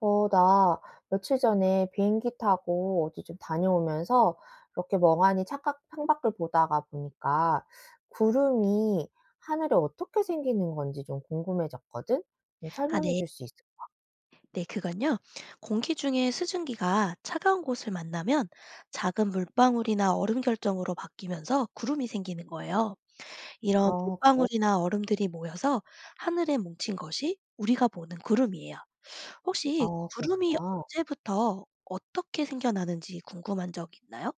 어, 나 며칠 전에 비행기 타고 어디 좀 다녀오면서 이렇게 멍하니 창밖을 보다가 보니까 구름이 하늘에 어떻게 생기는 건지 좀 궁금해졌거든? 좀 아, 설명해 네. 줄 수 있어? 네, 그건요. 공기 중에 수증기가 차가운 곳을 만나면 작은 물방울이나 얼음 결정으로 바뀌면서 구름이 생기는 거예요. 이런 아, 그래? 물방울이나 얼음들이 모여서 하늘에 뭉친 것이 우리가 보는 구름이에요. 아, 혹시 구름이 그렇구나. 언제부터 어떻게 생겨나는지 궁금한 적 있나요?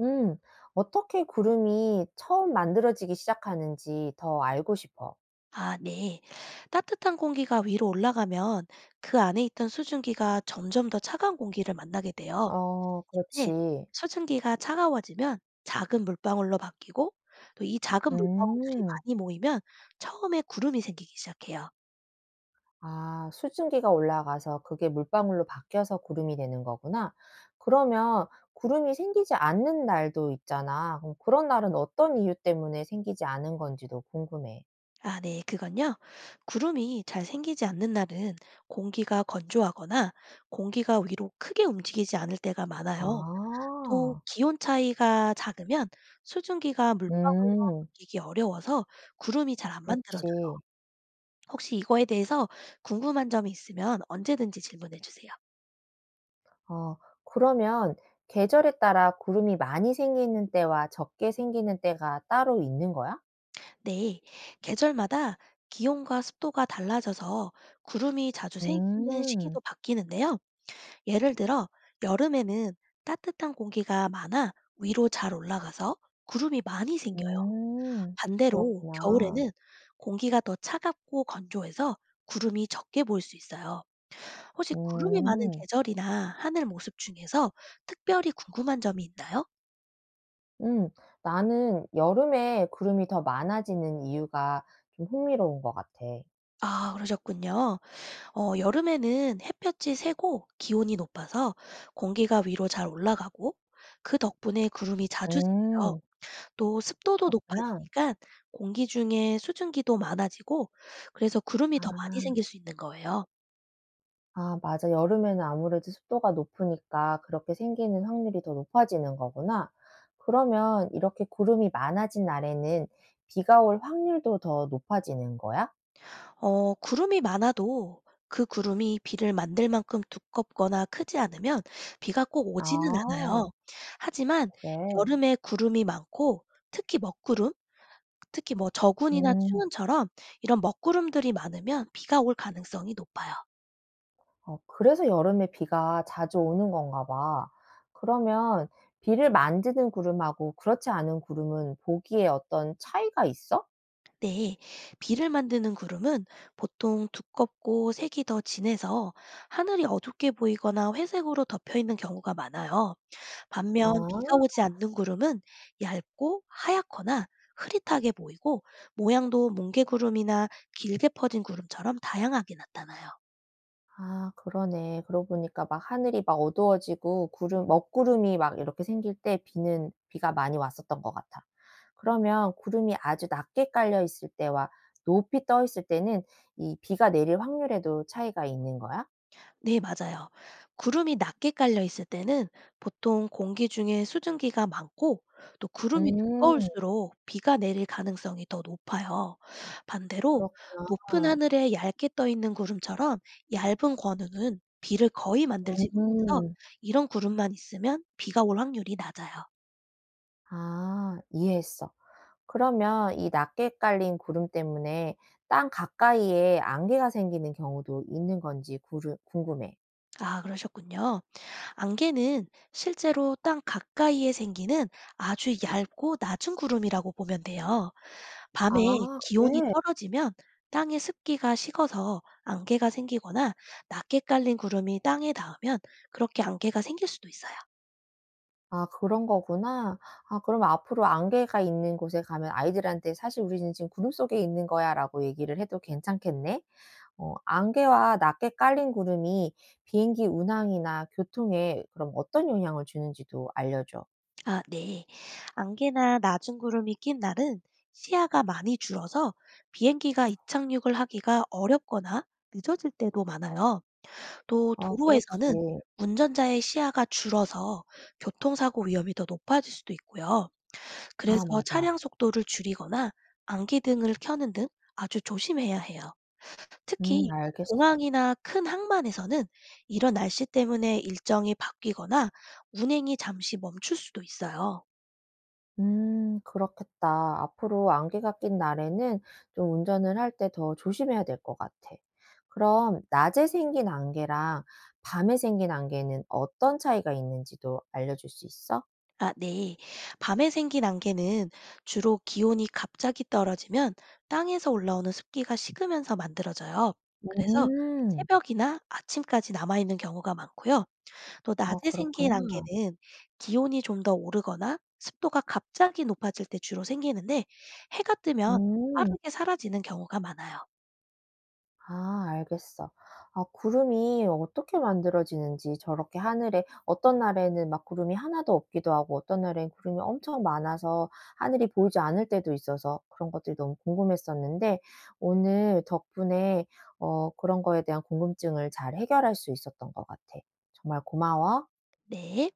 음, 어떻게 구름이 처음 만들어지기 시작하는지 더 알고 싶어. 아, 네. 따뜻한 공기가 위로 올라가면 그 안에 있던 수증기가 점점 더 차가운 공기를 만나게 돼요. 어, 네. 그렇지. 수증기가 차가워지면 작은 물방울로 바뀌고 또 이 작은 물방울들이 음. 많이 모이면 처음에 구름이 생기기 시작해요. 아, 수증기가 올라가서 그게 물방울로 바뀌어서 구름이 되는 거구나. 그러면 구름이 생기지 않는 날도 있잖아. 그럼 그런 날은 어떤 이유 때문에 생기지 않은 건지도 궁금해. 아 네. 그건요. 구름이 잘 생기지 않는 날은 공기가 건조하거나 공기가 위로 크게 움직이지 않을 때가 많아요. 또 아. 기온 차이가 작으면 수증기가 물방울로 음, 바뀌기 어려워서 구름이 잘 안 만들어져요. 그렇지. 혹시 이거에 대해서 궁금한 점이 있으면 언제든지 질문해 주세요. 어, 그러면 계절에 따라 구름이 많이 생기는 때와 적게 생기는 때가 따로 있는 거야? 네, 계절마다 기온과 습도가 달라져서 구름이 자주 생기는 음. 시기도 바뀌는데요. 예를 들어, 여름에는 따뜻한 공기가 많아 위로 잘 올라가서 구름이 많이 생겨요. 음. 반대로 그렇구나. 겨울에는 공기가 더 차갑고 건조해서 구름이 적게 보일 수 있어요. 혹시 구름이 많은 음. 계절이나 하늘 모습 중에서 특별히 궁금한 점이 있나요? 음. 나는 여름에 구름이 더 많아지는 이유가 좀 흥미로운 것 같아. 아, 그러셨군요. 어, 여름에는 햇볕이 세고 기온이 높아서 공기가 위로 잘 올라가고 그 덕분에 구름이 자주 생겨요. 음. 또 습도도 그렇구나. 높아지니까 공기 중에 수증기도 많아지고 그래서 구름이 더 많이 아. 생길 수 있는 거예요. 아, 맞아. 여름에는 아무래도 습도가 높으니까 그렇게 생기는 확률이 더 높아지는 거구나. 그러면 이렇게 구름이 많아진 날에는 비가 올 확률도 더 높아지는 거야? 어, 구름이 많아도 그 구름이 비를 만들 만큼 두껍거나 크지 않으면 비가 꼭 오지는 아, 않아요. 하지만 그래. 여름에 구름이 많고 특히 먹구름 특히 뭐 저군이나 음. 충운처럼 이런 먹구름들이 많으면 비가 올 가능성이 높아요. 어, 그래서 여름에 비가 자주 오는 건가 봐. 그러면 비를 만드는 구름하고 그렇지 않은 구름은 보기에 어떤 차이가 있어? 네. 비를 만드는 구름은 보통 두껍고 색이 더 진해서 하늘이 어둡게 보이거나 회색으로 덮여 있는 경우가 많아요. 아. 반면 비가 오지 않는 구름은 얇고 하얗거나 흐릿하게 보이고 모양도 뭉게구름이나 길게 퍼진 구름처럼 다양하게 나타나요. 아, 그러네. 그러고 보니까 막 하늘이 막 어두워지고 구름 먹구름이 막 이렇게 생길 때 비는 비가 많이 왔었던 것 같아. 그러면 구름이 아주 낮게 깔려 있을 때와 높이 떠 있을 때는 이 비가 내릴 확률에도 차이가 있는 거야? 네, 맞아요. 구름이 낮게 깔려 있을 때는 보통 공기 중에 수증기가 많고 또 구름이 음, 두꺼울수록 비가 내릴 가능성이 더 높아요. 반대로 높은 그렇구나. 하늘에 얇게 떠 있는 구름처럼 얇은 권우는 비를 거의 만들지 못해서 음. 이런 구름만 있으면 비가 올 확률이 낮아요. 아, 이해했어. 그러면 이 낮게 깔린 구름 때문에 땅 가까이에 안개가 생기는 경우도 있는 건지 구르 궁금해. 아, 그러셨군요. 안개는 실제로 땅 가까이에 생기는 아주 얇고 낮은 구름이라고 보면 돼요. 밤에 아, 기온이 그래? 떨어지면 땅의 습기가 식어서 안개가 생기거나 낮게 깔린 구름이 땅에 닿으면 그렇게 안개가 생길 수도 있어요. 아, 그런 거구나. 아, 그럼 앞으로 안개가 있는 곳에 가면 아이들한테 "사실 우리는 지금 구름 속에 있는 거야."라고 얘기를 해도 괜찮겠네? 어, 안개와 낮게 깔린 구름이 비행기 운항이나 교통에 그럼 어떤 영향을 주는지도 알려줘. 아, 네. 안개나 낮은 구름이 낀 날은 시야가 많이 줄어서 비행기가 이착륙을 하기가 어렵거나 늦어질 때도 많아요. 또 아, 그렇지. 도로에서는 운전자의 시야가 줄어서 교통사고 위험이 더 높아질 수도 있고요. 그래서 아, 맞아. 차량 속도를 줄이거나 안기등을 켜는 등 아주 조심해야 해요. 음, 특히 알겠어. 공항이나 큰 항만에서는 이런 날씨 때문에 일정이 바뀌거나 운행이 잠시 멈출 수도 있어요. 음, 그렇겠다. 앞으로 안개가 낀 날에는 좀 운전을 할 때 더 조심해야 될 것 같아. 그럼 낮에 생긴 안개랑 밤에 생긴 안개는 어떤 차이가 있는지도 알려줄 수 있어? 아, 네. 밤에 생긴 안개는 주로 기온이 갑자기 떨어지면 땅에서 올라오는 습기가 식으면서 만들어져요. 그래서 음. 새벽이나 아침까지 남아있는 경우가 많고요. 또 아, 낮에 생긴 그렇구나. 안개는 기온이 좀 더 오르거나 습도가 갑자기 높아질 때 주로 생기는데 해가 뜨면 음. 빠르게 사라지는 경우가 많아요. 아, 알겠어. 아, 구름이 어떻게 만들어지는지 저렇게 하늘에 어떤 날에는 막 구름이 하나도 없기도 하고 어떤 날엔 구름이 엄청 많아서 하늘이 보이지 않을 때도 있어서 그런 것들이 너무 궁금했었는데 오늘 덕분에 어, 그런 거에 대한 궁금증을 잘 해결할 수 있었던 것 같아. 정말 고마워. 네.